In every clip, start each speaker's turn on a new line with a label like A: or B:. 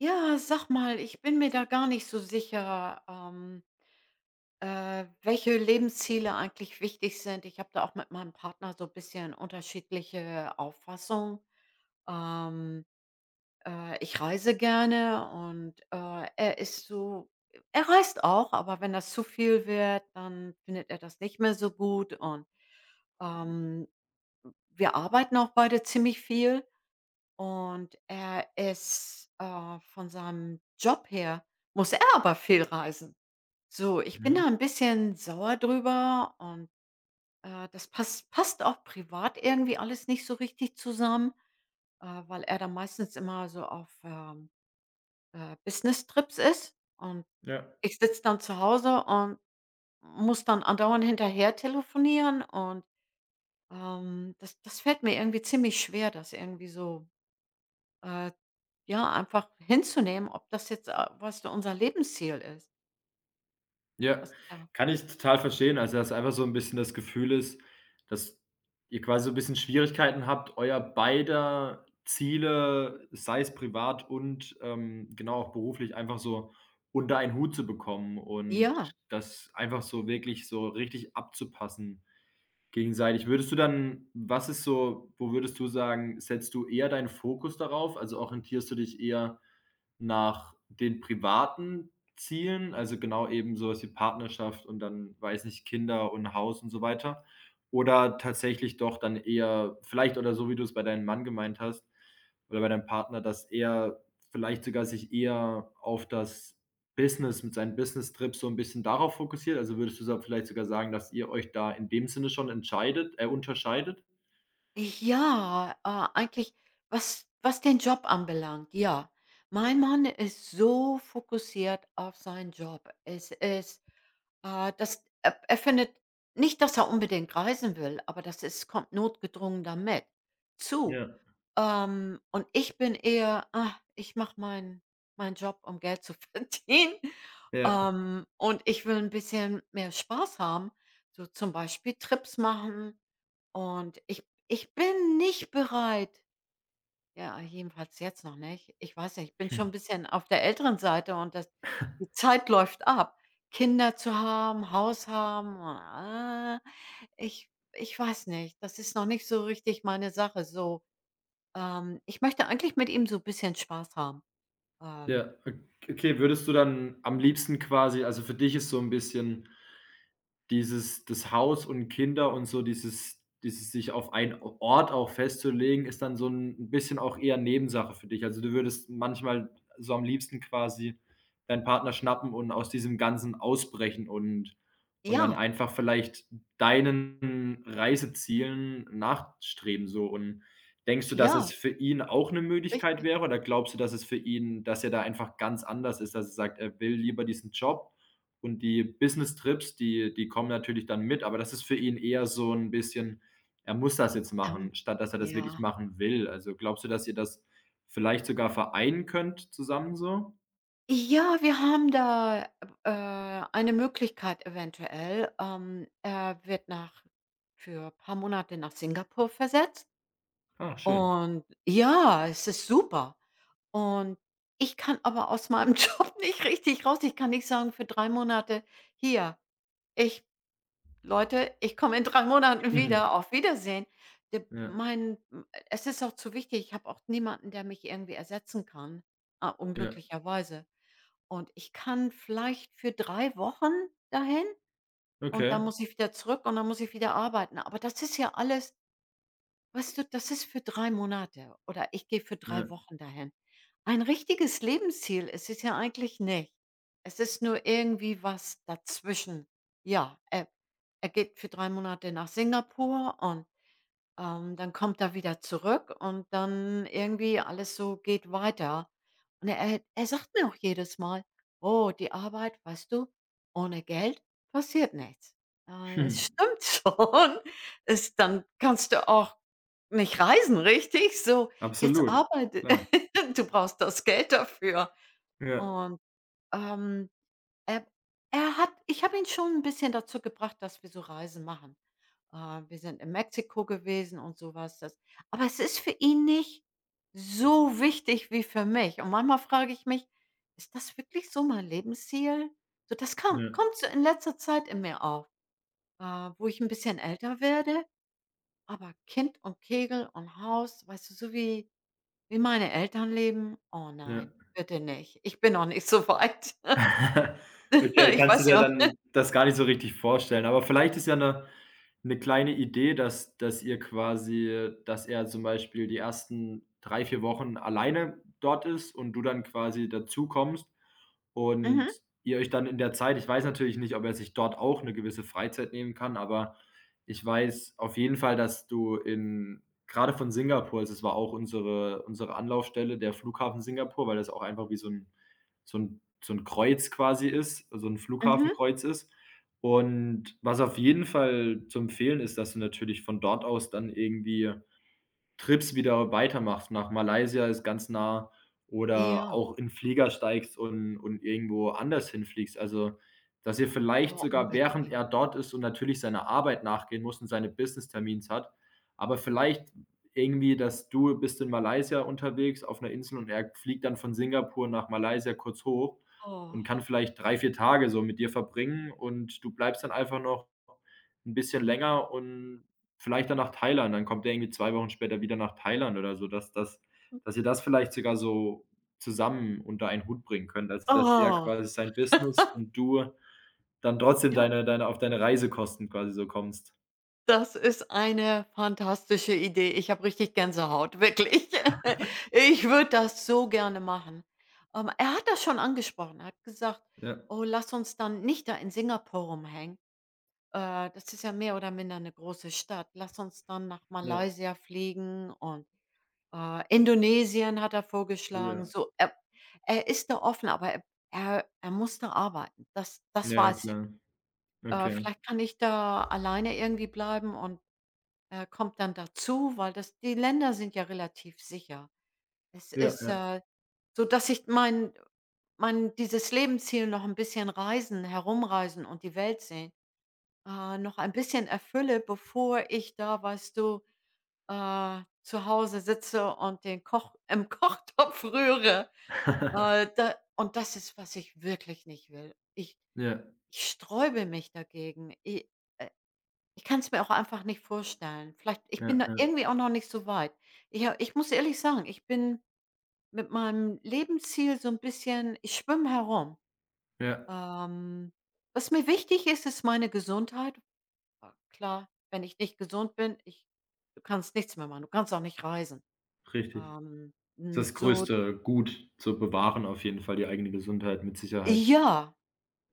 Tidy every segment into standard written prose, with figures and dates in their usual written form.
A: Ja, sag mal, ich bin mir da gar nicht so sicher, welche Lebensziele eigentlich wichtig sind. Ich habe da auch mit meinem Partner so 'n bisschen unterschiedliche Auffassungen. Ähm, Ich reise gerne und er ist so er reist auch, aber wenn das zu viel wird, dann findet er das nicht mehr so gut, und, ähm, wir arbeiten auch beide ziemlich viel. Und er ist, von seinem Job her muss er aber viel reisen. So, ich bin
B: Mhm.
A: da ein bisschen sauer drüber, und das passt auch privat irgendwie alles nicht so richtig zusammen, weil er da meistens immer so auf Business-Trips ist, und
B: Ja,
A: ich sitze dann zu Hause und muss dann andauernd hinterher telefonieren, und das fällt mir irgendwie ziemlich schwer, das irgendwie so Äh, ja, einfach hinzunehmen, ob das jetzt, weißt du, unser Lebensziel ist.
B: ja,
A: Was ja.
B: kann ich total verstehen. Also, dass einfach so 'n bisschen das Gefühl ist, dass ihr quasi so 'n bisschen Schwierigkeiten habt, euer beider Ziele, sei es privat und, genau auch beruflich, einfach so unter einen Hut zu bekommen und
A: Ja.
B: das einfach so wirklich so richtig abzupassen. Gegenseitig. Würdest du dann was ist so wo würdest du sagen, setzt du eher deinen Fokus darauf? Also, orientierst du dich eher nach den privaten Zielen, also genau eben sowas wie Partnerschaft und dann, weiß nicht, Kinder und Haus und so weiter? Oder tatsächlich doch dann eher vielleicht oder so, wie du es bei deinem Mann gemeint hast oder bei deinem Partner, dass er vielleicht sogar sich eher auf das Business mit seinen Business-Trips so ein bisschen darauf fokussiert? Also, würdest du sa vielleicht sogar sagen, dass ihr euch da in dem Sinne schon entscheidet unterscheidet?
A: Ja, eigentlich, was den Job anbelangt, ja. Mein Mann ist so fokussiert auf seinen Job. Es ist, das er er findet nicht, dass er unbedingt reisen will, aber das ist kommt notgedrungen damit zu.
B: Ja,
A: Und ich bin eher: „Ah, ich mache meinen Job, um Geld zu verdienen,
B: ja.
A: und ich will ein bisschen mehr Spaß haben.“ So zum Beispiel Trips machen und ich bin nicht bereit, ja, jedenfalls jetzt noch nicht. Ich weiß nicht, ich bin schon 'n
B: Mhm.
A: bisschen auf der älteren Seite, und das die Zeit läuft ab. Kinder zu haben, Haus haben, ah, ich weiß nicht, das ist noch nicht so richtig meine Sache so. Ich möchte eigentlich mit ihm so 'n bisschen Spaß haben. Ähm,
B: Ja. Ok okay, würdest du dann am liebsten quasi also, für dich ist so ein bisschen Dieses das Haus und Kinder und so dieses sich auf einen Ort auch festzulegen, ist dann so ein bisschen auch eher Nebensache für dich. Also, du würdest manchmal so am liebsten quasi deinen Partner schnappen und aus diesem Ganzen ausbrechen und dann
A: ja,
B: einfach vielleicht deinen Reisezielen nachstreben so. Und denkst du, dass es
A: ja,
B: für ihn auch eine Möglichkeit
A: richtig.
B: wäre oder glaubst du, dass es für ihn dass er da einfach ganz anders ist, dass er sagt, er will lieber diesen Job und die Business-Trips, die kommen natürlich dann mit, aber das ist für ihn eher so ein bisschen er muss das jetzt
A: Ja,
B: machen, statt dass er das wirklich
A: ja.
B: machen will. Also, glaubst du, dass ihr das vielleicht sogar vereinen könnt zusammen so?
A: Ja, wir haben da, äh, eine Möglichkeit eventuell. Er wird nach für ein paar Monate nach Singapur versetzt,
B: Ah, schön.
A: und ja, es ist super. Und ich kann aber aus meinem Job nicht richtig raus. Ich kann nicht sagen für 3 Monate: „Hier, ich Leute, ich komme in 3 Monaten
B: Mhm.
A: wieder. Auf Wiedersehen.“ De
B: Ja,
A: mein Es ist auch zu wichtig. Ich habe auch niemanden, der mich irgendwie ersetzen kann, ah,
B: ja,
A: unglücklicherweise. Und ich kann vielleicht für 3 Wochen dahin, und
B: okay.
A: dann muss ich wieder zurück und dann muss ich wieder arbeiten. Aber das ist ja alles, weißt du, das ist für 3 Monate, oder ich gehe für drei
B: Ja.
A: Wochen dahin. Ein richtiges Lebensziel ist es ja eigentlich nicht. Es ist nur irgendwie was dazwischen. Ja, er geht für 3 Monate nach Singapur, und dann kommt er wieder zurück und dann irgendwie alles so geht weiter. Und er sagt mir auch jedes Mal: „Oh, die Arbeit, weißt du, ohne Geld passiert nichts.“ es stimmt schon. Es Dann kannst du auch nicht reisen, richtig? So, jetzt
B: Absolut.
A: arbeite.
B: Klar.
A: Du brauchst das Geld dafür.
B: Ja,
A: Und, ähm, er er hat, ich habe ihn schon ein bisschen dazu gebracht, dass wir so Reisen machen. Wir sind in Mexiko gewesen und sowas. Das Aber es ist für ihn nicht so wichtig wie für mich. Und manchmal frage ich mich: „Ist das wirklich so mein Lebensziel?“ So, das kam
B: ja,
A: kommt so in letzter Zeit in mir auf, äh, wo ich ein bisschen älter werde, aber Kind und Kegel und Haus, weißt du, so wie meine Eltern leben, oh
B: ja.
A: nein, bitte nicht. Ich bin noch nicht so weit.
B: Okay,
A: Ich
B: kannst du
A: weiß
B: dir
A: ja.
B: dann das gar nicht so richtig vorstellen. Aber vielleicht ist ja eine kleine Idee, dass ihr quasi dass er zum Beispiel die ersten 3 4 Wochen alleine dort ist und du dann quasi dazu kommst und
A: Mhm,
B: ihr euch dann in der Zeit ich weiß natürlich nicht, ob er sich dort auch eine gewisse Freizeit nehmen kann, aber ich weiß auf jeden Fall, dass du in gerade von Singapur also, es war auch unsere Anlaufstelle, der Flughafen Singapur, weil das auch einfach wie so 'n so ein Kreuz quasi ist, so ein
A: mhm.
B: Flughafenkreuz ist. Und was auf jeden Fall zu empfehlen ist, dass du natürlich von dort aus dann irgendwie Trips wieder weitermachst. Nach Malaysia ist ganz nah oder
A: Ja,
B: auch in Flieger steigst und irgendwo anders hinfliegst. Also, dass ihr vielleicht
A: oh,
B: sogar, während
A: unbedingt.
B: er dort ist und natürlich seiner Arbeit nachgehen muss und seine Business-Termins hat, aber vielleicht irgendwie, dass du bist in Malaysia unterwegs auf einer Insel und er fliegt dann von Singapur nach Malaysia kurz hoch
A: Oh,
B: und kann vielleicht 3 4 Tage so mit dir verbringen und du bleibst dann einfach noch ein bisschen länger und Vielleicht dann nach Thailand, dann kommt er irgendwie 2 Wochen später wieder nach Thailand oder so, dass dass ihr das vielleicht sogar so zusammen unter einen Hut bringen könnt. Also, dass er
A: oh,
B: quasi sein Business und du dann trotzdem
A: ja.
B: deine auf deine Reisekosten quasi so kommst.
A: Das ist eine fantastische Idee. Ich habe richtig Gänsehaut, wirklich. Ich würde das so gerne machen. Er hat das schon angesprochen. Er hat gesagt:
B: Ja,
A: „Oh, lass uns dann nicht da in Singapur rumhängen. Das ist ja mehr oder minder eine große Stadt. Lass uns dann nach
B: ja,
A: Malaysia fliegen und Indonesien“, hat er
B: oh
A: vorgeschlagen.
B: ja.
A: So, er ist da offen, aber er muss da arbeiten. Das
B: Ja,
A: weiß ich.
B: klar. Okay.
A: Vielleicht kann ich da alleine irgendwie bleiben und kommt dann dazu, weil das die Länder sind ja relativ sicher. Es
B: Ja,
A: ist,
B: ja.
A: äh, so, dass ich mein dieses Lebensziel noch ein bisschen reisen, herumreisen und die Welt sehen, noch ein bisschen erfülle, bevor ich da, weißt du, zu Hause sitze und den Koch im Kochtopf rühre. Da und das ist, was ich wirklich nicht will. Ich
B: Ja,
A: ich sträube mich dagegen. I ich kann's mir auch einfach nicht vorstellen. Vielleicht ich bin
B: ja,
A: da
B: ja,
A: irgendwie auch noch nicht so weit. Ich muss ehrlich sagen, ich bin mit meinem Lebensziel so ein bisschen, ich schwimme herum.
B: ja,
A: Ähm, was mir wichtig ist, ist meine Gesundheit. Klar, wenn ich nicht gesund bin, ich du kannst nichts mehr machen. Du kannst auch nicht reisen.
B: richtig. Das ist das
A: So
B: größte Gut zu bewahren auf jeden Fall, die eigene Gesundheit mit Sicherheit.
A: ja.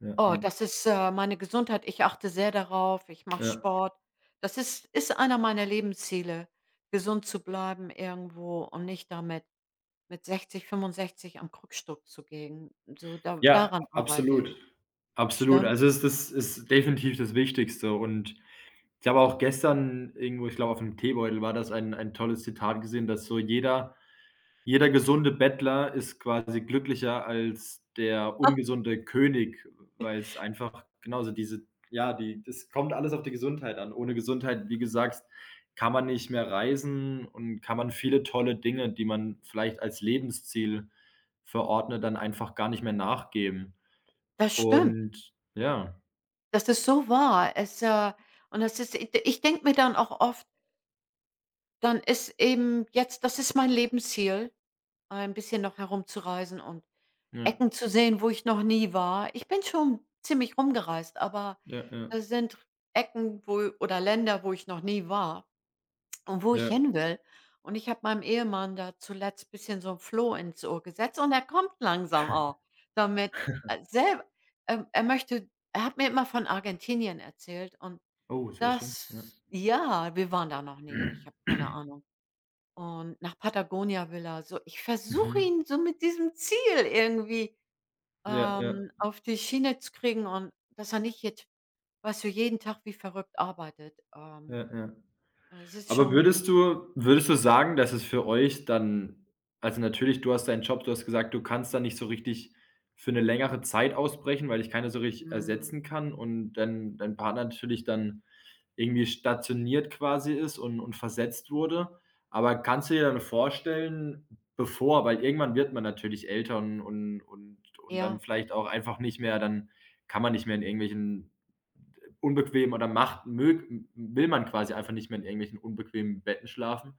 B: Ja, ja,
A: Oh, das ist meine Gesundheit. Ich achte sehr darauf. Ich mache
B: ja.
A: Sport. Das ist einer meiner Lebensziele, gesund zu bleiben irgendwo und nicht damit mit 60, 65 am Krückstock zu gehen. So da
B: Ja,
A: daran arbeite ich.
B: absolut. Absolut.
A: Stimmt.
B: Also, es das ist definitiv das Wichtigste und ich habe auch gestern irgendwo, ich glaube, auf 'm Teebeutel war das ein tolles Zitat gesehen, dass so jeder jeder gesunde Bettler ist quasi glücklicher als der ungesunde König, weil es einfach genauso diese ja, die das kommt alles auf die Gesundheit an. Ohne Gesundheit, wie gesagt, kann man nicht mehr reisen und kann man viele tolle Dinge, die man vielleicht als Lebensziel verordnet, dann einfach gar nicht mehr nachgeben.
A: Das stimmt.
B: Und ja,
A: Das ist so wahr. Es, das ist, i ich denke mir dann auch oft, dann ist eben jetzt, das ist mein Lebensziel, ein bisschen noch herumzureisen und
B: ja,
A: Ecken zu sehen, wo ich noch nie war. Ich bin schon ziemlich rumgereist, aber
B: ja, ja,
A: da sind Ecken, wo oder Länder, wo ich noch nie war und wo ich
B: ja.
A: hin will. Und ich habe meinem Ehemann da zuletzt bisschen so ein Floh ins Ohr gesetzt, und er kommt langsam auch damit, selb er möchte, er hat mir immer von Argentinien erzählt, und
B: Oh, sehr schön, ja.
A: das ja, wir waren da noch nie. Ich habe keine Ahnung. Und nach Patagonia will er so. Ich versuche
B: Mhm.
A: ihn so mit diesem Ziel irgendwie
B: Ja, ja,
A: ähm, auf die Schiene zu kriegen, und dass er nicht jetzt, weißt du, jeden Tag wie verrückt arbeitet.
B: ja, ja.
A: Es ist
B: Aber
A: schon
B: würdest du sagen, dass es für euch dann also, natürlich, du hast deinen Job, du hast gesagt, du kannst da nicht so richtig für eine längere Zeit ausbrechen, weil dich keiner so richtig
A: mhm,
B: ersetzen kann und dein Partner natürlich dann irgendwie stationiert quasi ist und versetzt wurde. Aber kannst du dir dann vorstellen, bevor weil irgendwann wird man natürlich älter und dann
A: ja,
B: vielleicht auch einfach nicht mehr dann kann man nicht mehr in irgendwelchen unbequemen oder macht mög will man quasi einfach nicht mehr in irgendwelchen unbequemen Betten schlafen.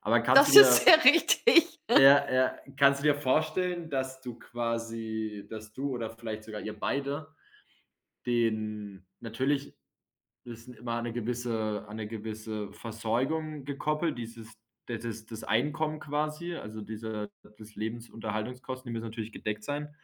B: Aber kannst du
A: das ist
B: dir
A: sehr richtig.
B: ja, ja, kannst du dir vorstellen, dass du quasi dass du oder vielleicht sogar ihr beide den natürlich ist n immer an 'ne gewisse Versorgung gekoppelt, dieses d das ist das Einkommen quasi, also diese das Lebensunterhaltungskosten, die müssen natürlich gedeckt sein.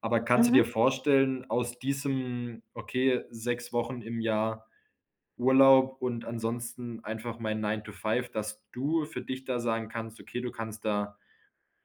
B: Aber kannst du
A: Mhm.
B: dir vorstellen, aus diesem: „Okay, 6 Wochen im Jahr Urlaub und ansonsten einfach mein Nine to Five dass du für dich da sagen kannst: „Okay, du kannst da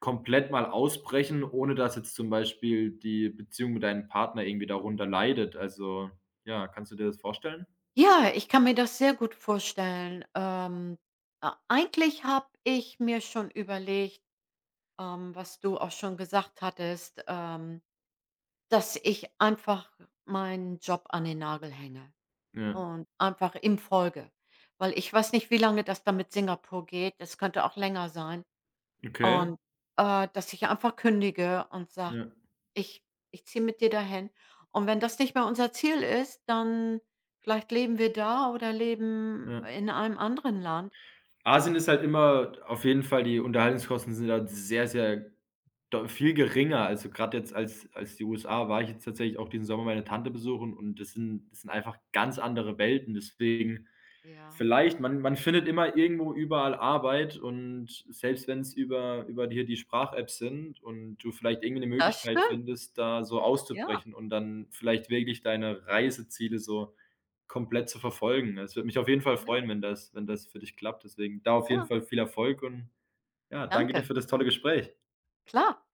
B: komplett mal ausbrechen, ohne dass jetzt zum Beispiel die Beziehung mit deinem Partner irgendwie darunter leidet.“ Also, ja, kannst du dir das vorstellen?
A: Ja, ich kann mir das sehr gut vorstellen. Eigentlich habe ich mir schon überlegt, was du auch schon gesagt hattest, dass ich einfach meinen Job an den Nagel hänge.
B: Ja,
A: Und einfach im Folge. Weil ich weiß nicht, wie lange das da mit Singapur geht. Das könnte auch länger sein.
B: okay.
A: Und dass ich einfach kündige und sage:
B: Ja,
A: „Ich ich ziehe mit dir dahin.“ Und wenn das nicht mehr unser Ziel ist, dann vielleicht leben wir da oder leben
B: ja.
A: in einem anderen Land.
B: Asien ist halt immer auf jeden Fall die Unterhaltungskosten sind da sehr, sehr deu viel geringer. Also, gerade jetzt als als die USA war ich jetzt tatsächlich auch diesen Sommer meine Tante besuchen und das sind einfach ganz andere Welten. Deswegen
A: Ja,
B: vielleicht man man findet immer irgendwo überall Arbeit und selbst wenn es über über hier die Sprach-Apps sind und du vielleicht irgendwie 'ne
A: das
B: Möglichkeit
A: stimmt.
B: findest, da so
A: Ja,
B: auszubrechen und dann vielleicht wirklich deine Reiseziele so komplett zu verfolgen. Es würde mich auf jeden Fall
A: ja,
B: freuen, wenn das wenn das für dich klappt. Deswegen da auf jeden
A: ja.
B: Fall viel Erfolg und ja, danke dir
A: Danke.
B: für das tolle Gespräch.
A: Klar.